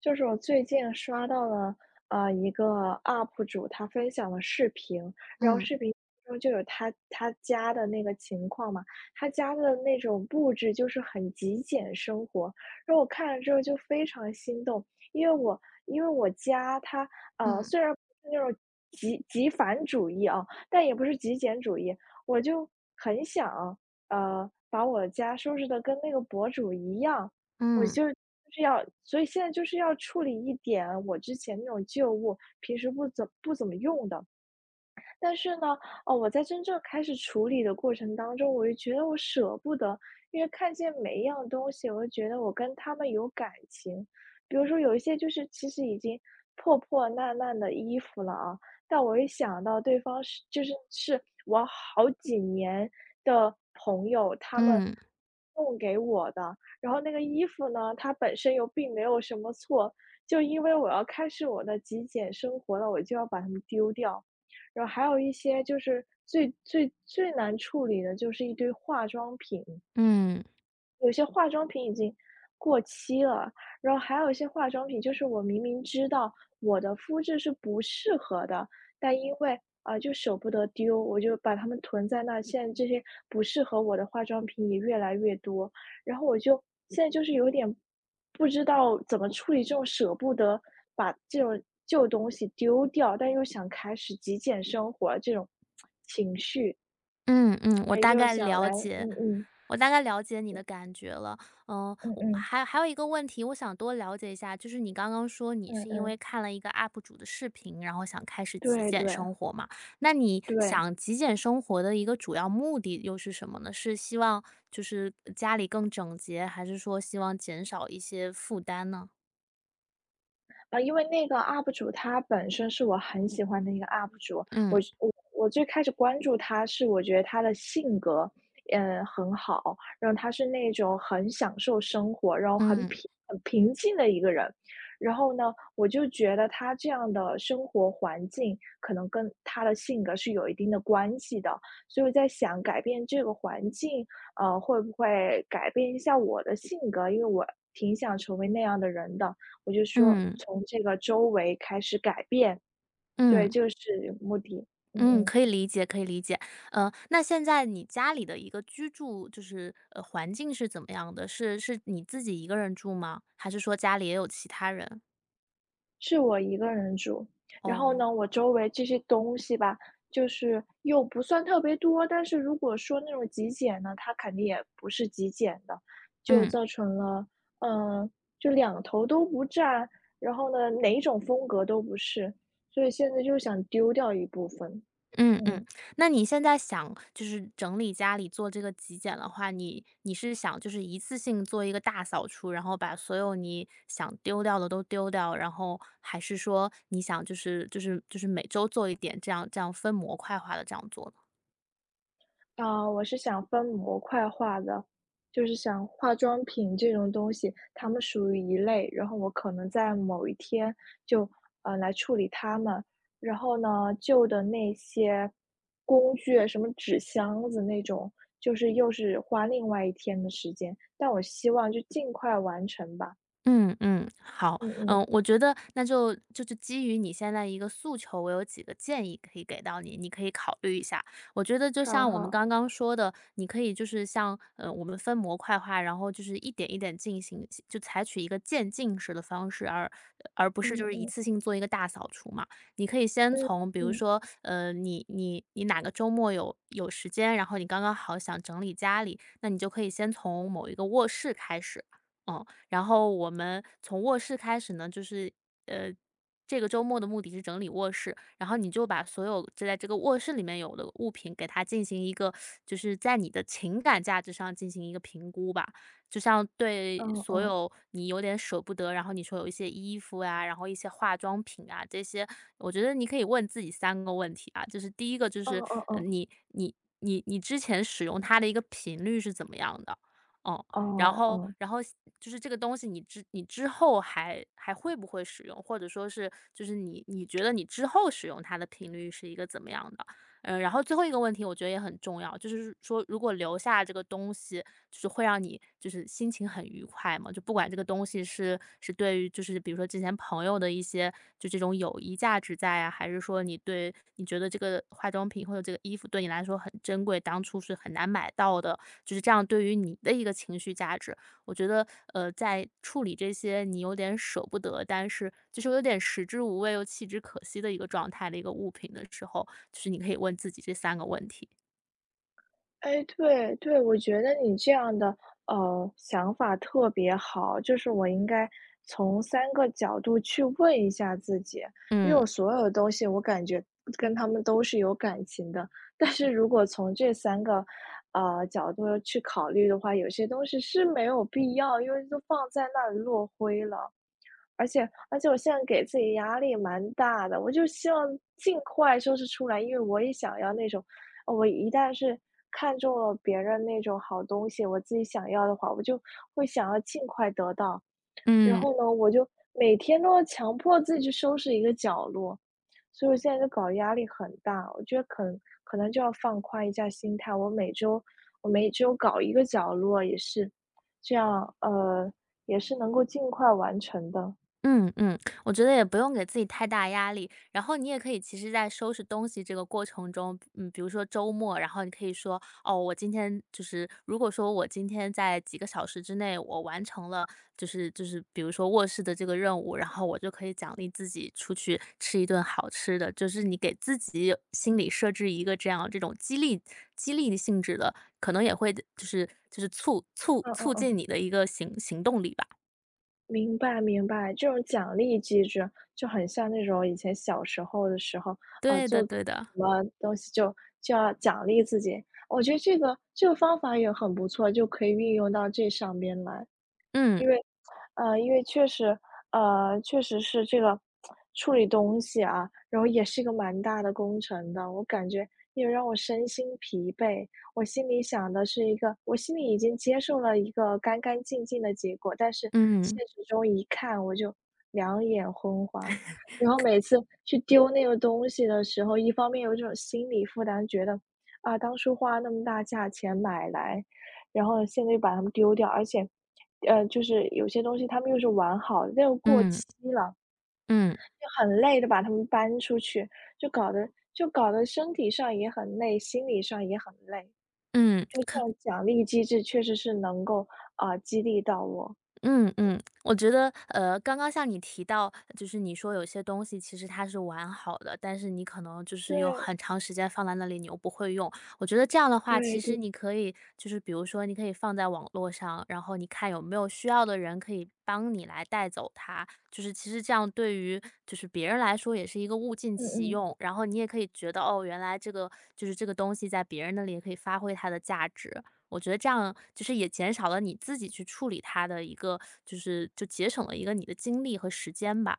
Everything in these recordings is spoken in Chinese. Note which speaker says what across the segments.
Speaker 1: 就是我最近刷到了，一个 UP 主他分享了视频，然后
Speaker 2: 嗯
Speaker 1: 视频中就有他家的那个情况嘛，他家的那种布置就是很极简生活，然后我看了之后就非常心动，因为我因为我家他
Speaker 2: 嗯
Speaker 1: 虽然不是那种极繁主义啊，但也不是极简主义，我就很想把我家收拾的跟那个博主一样。我
Speaker 2: 嗯
Speaker 1: 就是要所以现在就是要处理一点我之前那种旧物，平时不怎么用的。但是呢，哦，我在真正开始处理的过程当中，我就觉得我舍不得，因为看见每一样东西，我就觉得我跟他们有感情。比如说有一些就是其实已经破破烂烂的衣服了啊，但我一想到对方是我好几年的朋友，他们
Speaker 2: 嗯
Speaker 1: 送给我的，然后那个衣服呢，它本身又并没有什么错，就因为我要开始我的极简生活了，我就要把它们丢掉。然后还有一些就是最最最难处理的，就是一堆化妆品，
Speaker 2: 嗯
Speaker 1: 有些化妆品已经过期了，然后还有一些化妆品，就是我明明知道我的肤质是不适合的，但因为，就舍不得丢，我就把它们囤在那，现在这些不适合我的化妆品也越来越多，然后我就现在就是有点不知道怎么处理这种舍不得把这种旧东西丢掉，但又想开始极简生活这种情绪，
Speaker 2: 嗯，我
Speaker 1: 所以
Speaker 2: 大
Speaker 1: 就
Speaker 2: 概
Speaker 1: 想
Speaker 2: 了
Speaker 1: 来
Speaker 2: 解，
Speaker 1: 嗯嗯，
Speaker 2: 我大概了解你的感觉了。嗯，
Speaker 1: 嗯
Speaker 2: 我
Speaker 1: 嗯，
Speaker 2: 还有一个问题，我想多了解一下，就是你刚刚说你
Speaker 1: 嗯
Speaker 2: 是因
Speaker 1: 嗯，
Speaker 2: 为看了一个 UP 主的视频，然后想开始极
Speaker 1: 对
Speaker 2: 简
Speaker 1: 对。
Speaker 2: 生活嘛？那你
Speaker 1: 对，
Speaker 2: 想极简生活的一个主要目的又是什么呢？是希望就是家里更整洁，还是说希望减少一些负担呢？
Speaker 1: 啊，因为那个 UP 主他本身是我很喜欢的一个 UP 主，我
Speaker 2: 嗯
Speaker 1: 我我最开始关注他是我觉得他的性格，嗯，很好，然后他是那种很享受生活，然后很
Speaker 2: 嗯
Speaker 1: 平很平静的一个人。然后呢，我就觉得他这样的生活环境可能跟他的性格是有一定的关系的，所以我在想改变这个环境，会不会改变一下我的性格，因为我挺想成为那样的人的。我就说
Speaker 2: 嗯
Speaker 1: 从这个周围开始改变，对，
Speaker 2: 嗯。
Speaker 1: 这个是目的。嗯
Speaker 2: 嗯，
Speaker 1: 嗯，
Speaker 2: 可以理解，可以理解。那现在你家里的一个居住就是，环境是怎么样的？是你自己一个人住吗？还是说家里也有其他人？
Speaker 1: 是我一个人住，然后
Speaker 2: 哦，
Speaker 1: 呢，我周围这些东西吧，就是又不算特别多，但是如果说那种极简呢，它肯定也不是极简的，就
Speaker 2: 嗯，
Speaker 1: 造成了，嗯，就两头都不占，然后呢，哪一种风格都不是，所以现在就想丢掉一部分，
Speaker 2: 嗯嗯。
Speaker 1: 嗯。
Speaker 2: 那你现在想就是整理家里做这个极简的话，你是想就是一次性做一个大扫除，然后把所有你想丢掉的都丢掉，然后还是说你想就是每周做一点，这样分模块化的这样做呢？
Speaker 1: 啊，我是想分模块化的，就是想化妆品这种东西，它们属于一类，然后我可能在某一天就来处理它们。然后呢，旧的那些工具，什么纸箱子那种，就是又是花另外一天的时间。但我希望就尽快完成吧。
Speaker 2: 嗯嗯，好，
Speaker 1: 嗯嗯，
Speaker 2: 嗯，我觉得那就是基于你现在一个诉求，我有几个建议可以给到你，你可以考虑一下。我觉得就
Speaker 1: 好
Speaker 2: 像我们
Speaker 1: 好，
Speaker 2: 刚刚说的，你可以就是像我们分模块化，然后就是一点一点进行，就采取一个渐进式的方式，而不是就
Speaker 1: 嗯
Speaker 2: 是一
Speaker 1: 嗯
Speaker 2: 次性做一个大扫除嘛。你可以先
Speaker 1: 嗯
Speaker 2: 从比如
Speaker 1: 嗯
Speaker 2: 说你哪个周末有时间，然后你刚刚好想整理家里，那你就可以先从某一个卧室开始。嗯，然后我们从卧室开始呢，就是呃，这个周末的目的是整理卧室，然后你就把所有就在这个卧室里面有的物品，给它进行一个就是在你的情感价值上进行一个评估吧。就像对
Speaker 1: 嗯
Speaker 2: 所
Speaker 1: 嗯
Speaker 2: 有你有点舍不得，然后你说有一些衣服呀，然后一些化妆品啊这些，我觉得你可以问自己三个问题啊，就是第一个就
Speaker 1: 嗯
Speaker 2: 是
Speaker 1: 嗯
Speaker 2: 呃
Speaker 1: 嗯，
Speaker 2: 你你你之前使用它的一个频率是怎么样的？哦、然
Speaker 1: 哦
Speaker 2: 后
Speaker 1: 哦。
Speaker 2: 然后就是这个东西你之后还会不会使用，或者说是就是你你觉得你之后使用它的频率是一个怎么样的？嗯，然后最后一个问题我觉得也很重要，就是说如果留下这个东西，就是会让你就是心情很愉快嘛，就不管这个东西是对于就是比如说之前朋友的一些就这种友谊价值在啊，还是说你对你觉得这个化妆品或者这个衣服对你来说很珍贵，当初是很难买到的，就是这样对于你的一个情绪价值。我觉得在处理这些你有点舍不得，但是就是有点食之无味又弃之可惜的一个状态的一个物品的时候，就是你可以问自己这三个问题，
Speaker 1: 哎，对对，我觉得你这样的想法特别好，就是我应该从三个角度去问一下自己，因为
Speaker 2: 嗯。
Speaker 1: 我所有的东西我感觉跟他们都是有感情的，但是如果从这三个角度去考虑的话，有些东西是没有必要，因为都放在那里落灰了。而且而且我现在给自己压力蛮大的，我就希望尽快收拾出来，因为我也想要那种，我一旦是看中了别人那种好东西，我自己想要的话，我就会想要尽快得到。然
Speaker 2: 嗯。
Speaker 1: 后呢，我就每天都要强迫自己去收拾一个角落，所以我现在就搞得压力很大。我觉得可能就要放宽一下心态，我每周搞一个角落也是这样，也是能够尽快完成的。
Speaker 2: 嗯嗯我觉得也不用给自己太大压力，然后你也可以其实在收拾东西这个过程中，嗯，比如说周末，然后你可以说，哦，我今天就是如果说我今天在几个小时之内我完成了，就是比如说卧室的这个任务，然后我就可以奖励自己出去吃一顿好吃的，就是你给自己心里设置一个这样这种激励性质的，可能也会就是促促
Speaker 1: 嗯嗯
Speaker 2: 促
Speaker 1: 嗯。
Speaker 2: 进你的一个行动力吧。
Speaker 1: 明白明白，这种奖励机制就很像那种以前小时候的时候，啊，
Speaker 2: 对
Speaker 1: 做
Speaker 2: 的，
Speaker 1: 对
Speaker 2: 对的。
Speaker 1: 什么东西就要奖励自己。我觉得这个方法也很不错，就可以运用到这上边来。
Speaker 2: 嗯。
Speaker 1: 因为因为确实是这个处理东西啊，然后也是一个蛮大的工程的。我感觉也让我身心疲惫，我心里想的是一个我心里已经接受了一个干干净净的结果，但是现
Speaker 2: 嗯
Speaker 1: 实中一看我就两眼昏花。然后每次去丢那个东西的时候，一方面有一种心理负担，觉得，啊，当初花那么大价钱买来，然后现在又把它们丢掉，而且就是有些东西他们又是完好的，但又过期
Speaker 2: 嗯
Speaker 1: 了，
Speaker 2: 嗯
Speaker 1: 就很累的把它们搬出去，就搞得就搞得身体上也很累，心理上也很累。
Speaker 2: 嗯
Speaker 1: 就这种奖励机制确实是能够，啊，激励到我。
Speaker 2: 嗯嗯，我觉得，刚刚像你提到，就是你说有些东西其实它是完好的，但是你可能就是有
Speaker 1: 对，
Speaker 2: 很长时间放在那里，你又不会用。我觉得这样的话，
Speaker 1: 对
Speaker 2: 其
Speaker 1: 对，
Speaker 2: 实你可以就是比如说你可以放在网络上，然后你看有没有需要的人可以帮你来带走它。就是其实这样对于就是别人来说也是一个物尽
Speaker 1: 嗯
Speaker 2: 其
Speaker 1: 嗯。
Speaker 2: 用，然后你也可以觉得，哦，原来这个就是这个东西在别人那里也可以发挥它的价值。我觉得这样就是也减少了你自己去处理它的一个就是就节省了一个你的精力和时间吧。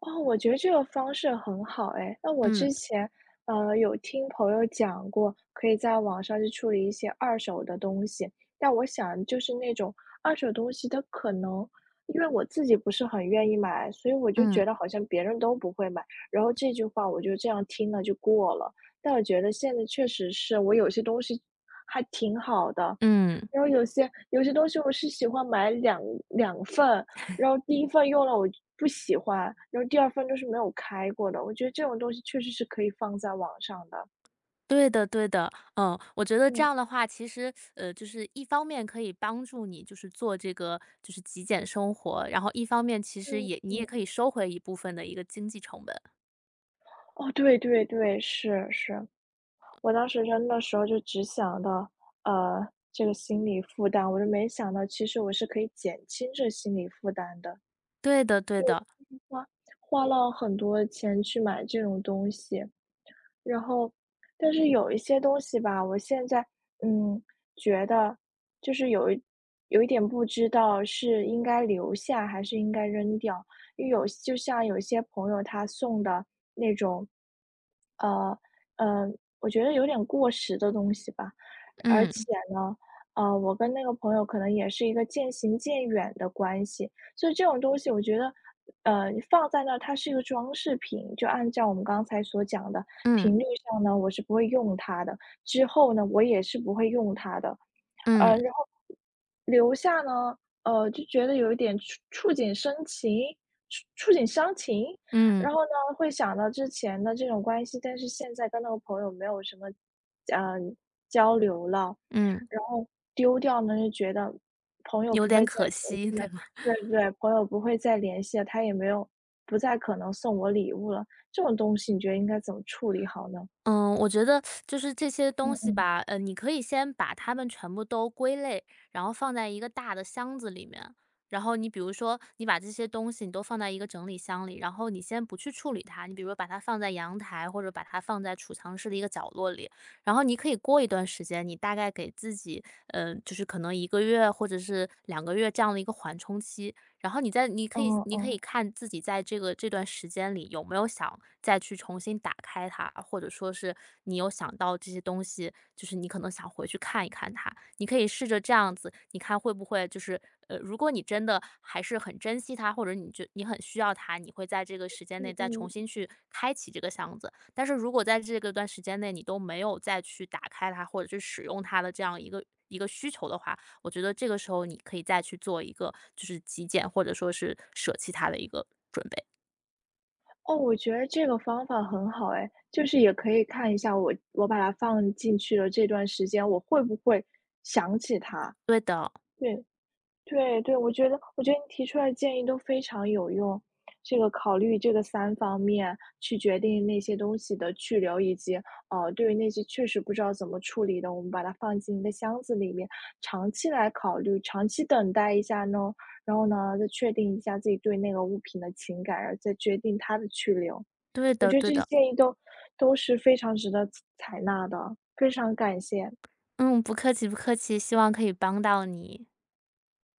Speaker 1: 哦，我觉得这个方式很好哎。那我
Speaker 2: 嗯。
Speaker 1: 之前，有听朋友讲过，可以在网上去处理一些二手的东西。但我想，就是那种二手东西，它可能因为我自己不是很愿意买，所以我就觉
Speaker 2: 嗯
Speaker 1: 得好像别人都不会买。然后这句话我就这样听了就过了。但我觉得现在确实是我有些东西还挺好的，
Speaker 2: 嗯。
Speaker 1: 然后有些东西我是喜欢买两份，然后第一份用了我不喜欢，然后第二份就是没有开过的，我觉得这种东西确实是可以放在网上的。
Speaker 2: 对的对的，嗯，我觉得这样
Speaker 1: 嗯
Speaker 2: 的话，其实，就是一方面可以帮助你就是做这个就是极简生活，然后一方面其实
Speaker 1: 嗯
Speaker 2: 也你也
Speaker 1: 嗯，
Speaker 2: 可以收回一部分的一个经济成本。
Speaker 1: 哦，对对对，是是，我当时扔的时候就只想到，这个心理负担，我就没想到其实我是可以减轻这心理负担的，
Speaker 2: 对的对的。
Speaker 1: 花花了很多钱去买这种东西。然后，但是有一些东西吧，我现在嗯，觉得就是有一点不知道是应该留下还是应该扔掉，因为有就像有些朋友他送的那种，呃呃，我觉得有点过时的东西吧，而且
Speaker 2: 嗯
Speaker 1: 呢，我跟那个朋友可能也是一个渐行渐远的关系，所以这种东西我觉得，放在那儿它是一个装饰品，就按照我们刚才所讲的。频
Speaker 2: 嗯
Speaker 1: 率上呢，我是不会用它的，之后呢，我也是不会用它的。
Speaker 2: 嗯
Speaker 1: 然后留下呢，就觉得有一点触景生情，触触景伤情。
Speaker 2: 嗯
Speaker 1: 然后呢，会想到之前的这种关系，但是现在跟那个朋友没有什么，呃，交流了，
Speaker 2: 嗯。
Speaker 1: 然后丢掉呢，就觉得朋友
Speaker 2: 有
Speaker 1: 不
Speaker 2: 点
Speaker 1: 会再
Speaker 2: 可
Speaker 1: 联
Speaker 2: 惜，
Speaker 1: 系了。
Speaker 2: 对吧？
Speaker 1: 对对，朋友不会再联系了，他也没有不再可能送我礼物了，这种东西你觉得应该怎么处理好呢？
Speaker 2: 嗯，我觉得就是这些东西
Speaker 1: 嗯。
Speaker 2: 吧，你可以先把它们全部都归类，然后放在一个大的箱子里面。然后你比如说，你把这些东西你都放在一个整理箱里，然后你先不去处理它，你比如说把它放在阳台，或者把它放在储藏室的一个角落里。然后你可以过一段时间，你大概给自己，嗯，就是可能一个月或者是两个月这样的一个缓冲期，然后你在
Speaker 1: 哦
Speaker 2: 你可以
Speaker 1: 哦，
Speaker 2: 看自己在这段时间里有没有想再去重新打开它，或者说是你有想到这些东西，就是你可能想回去看一看它。你可以试着这样子，你看会不会就是如果你真的还是很珍惜它，或者你就你很需要它，你会在这个时间内
Speaker 1: 嗯
Speaker 2: 再重
Speaker 1: 嗯，
Speaker 2: 新去开启这个箱子。但是如果在这个段时间内你都没有再去打开它，或者是使用它的这样一个需求的话，我觉得这个时候你可以再去做一个就是极简或者说是舍弃它的一个准备。
Speaker 1: 哦，我觉得这个方法很好哎，就是也可以看一下我把它放进去的这段时间，我会不会想起它？
Speaker 2: 对的，
Speaker 1: 对。对对，我觉得我觉得你提出来的建议都非常有用。这个考虑这个三方面去决定那些东西的去留，以及，对于那些确实不知道怎么处理的，我们把它放进一个箱子里面，长期来考虑，长期等待一下呢，然后呢，再确定一下自己对那个物品的情感，然后再决定它的去留。
Speaker 2: 对
Speaker 1: 我
Speaker 2: 的，
Speaker 1: 觉得
Speaker 2: 对
Speaker 1: 这些
Speaker 2: 的。
Speaker 1: 建议都是非常值得采纳的，非常感谢。
Speaker 2: 嗯，不客气，不客气，希望可以帮到你。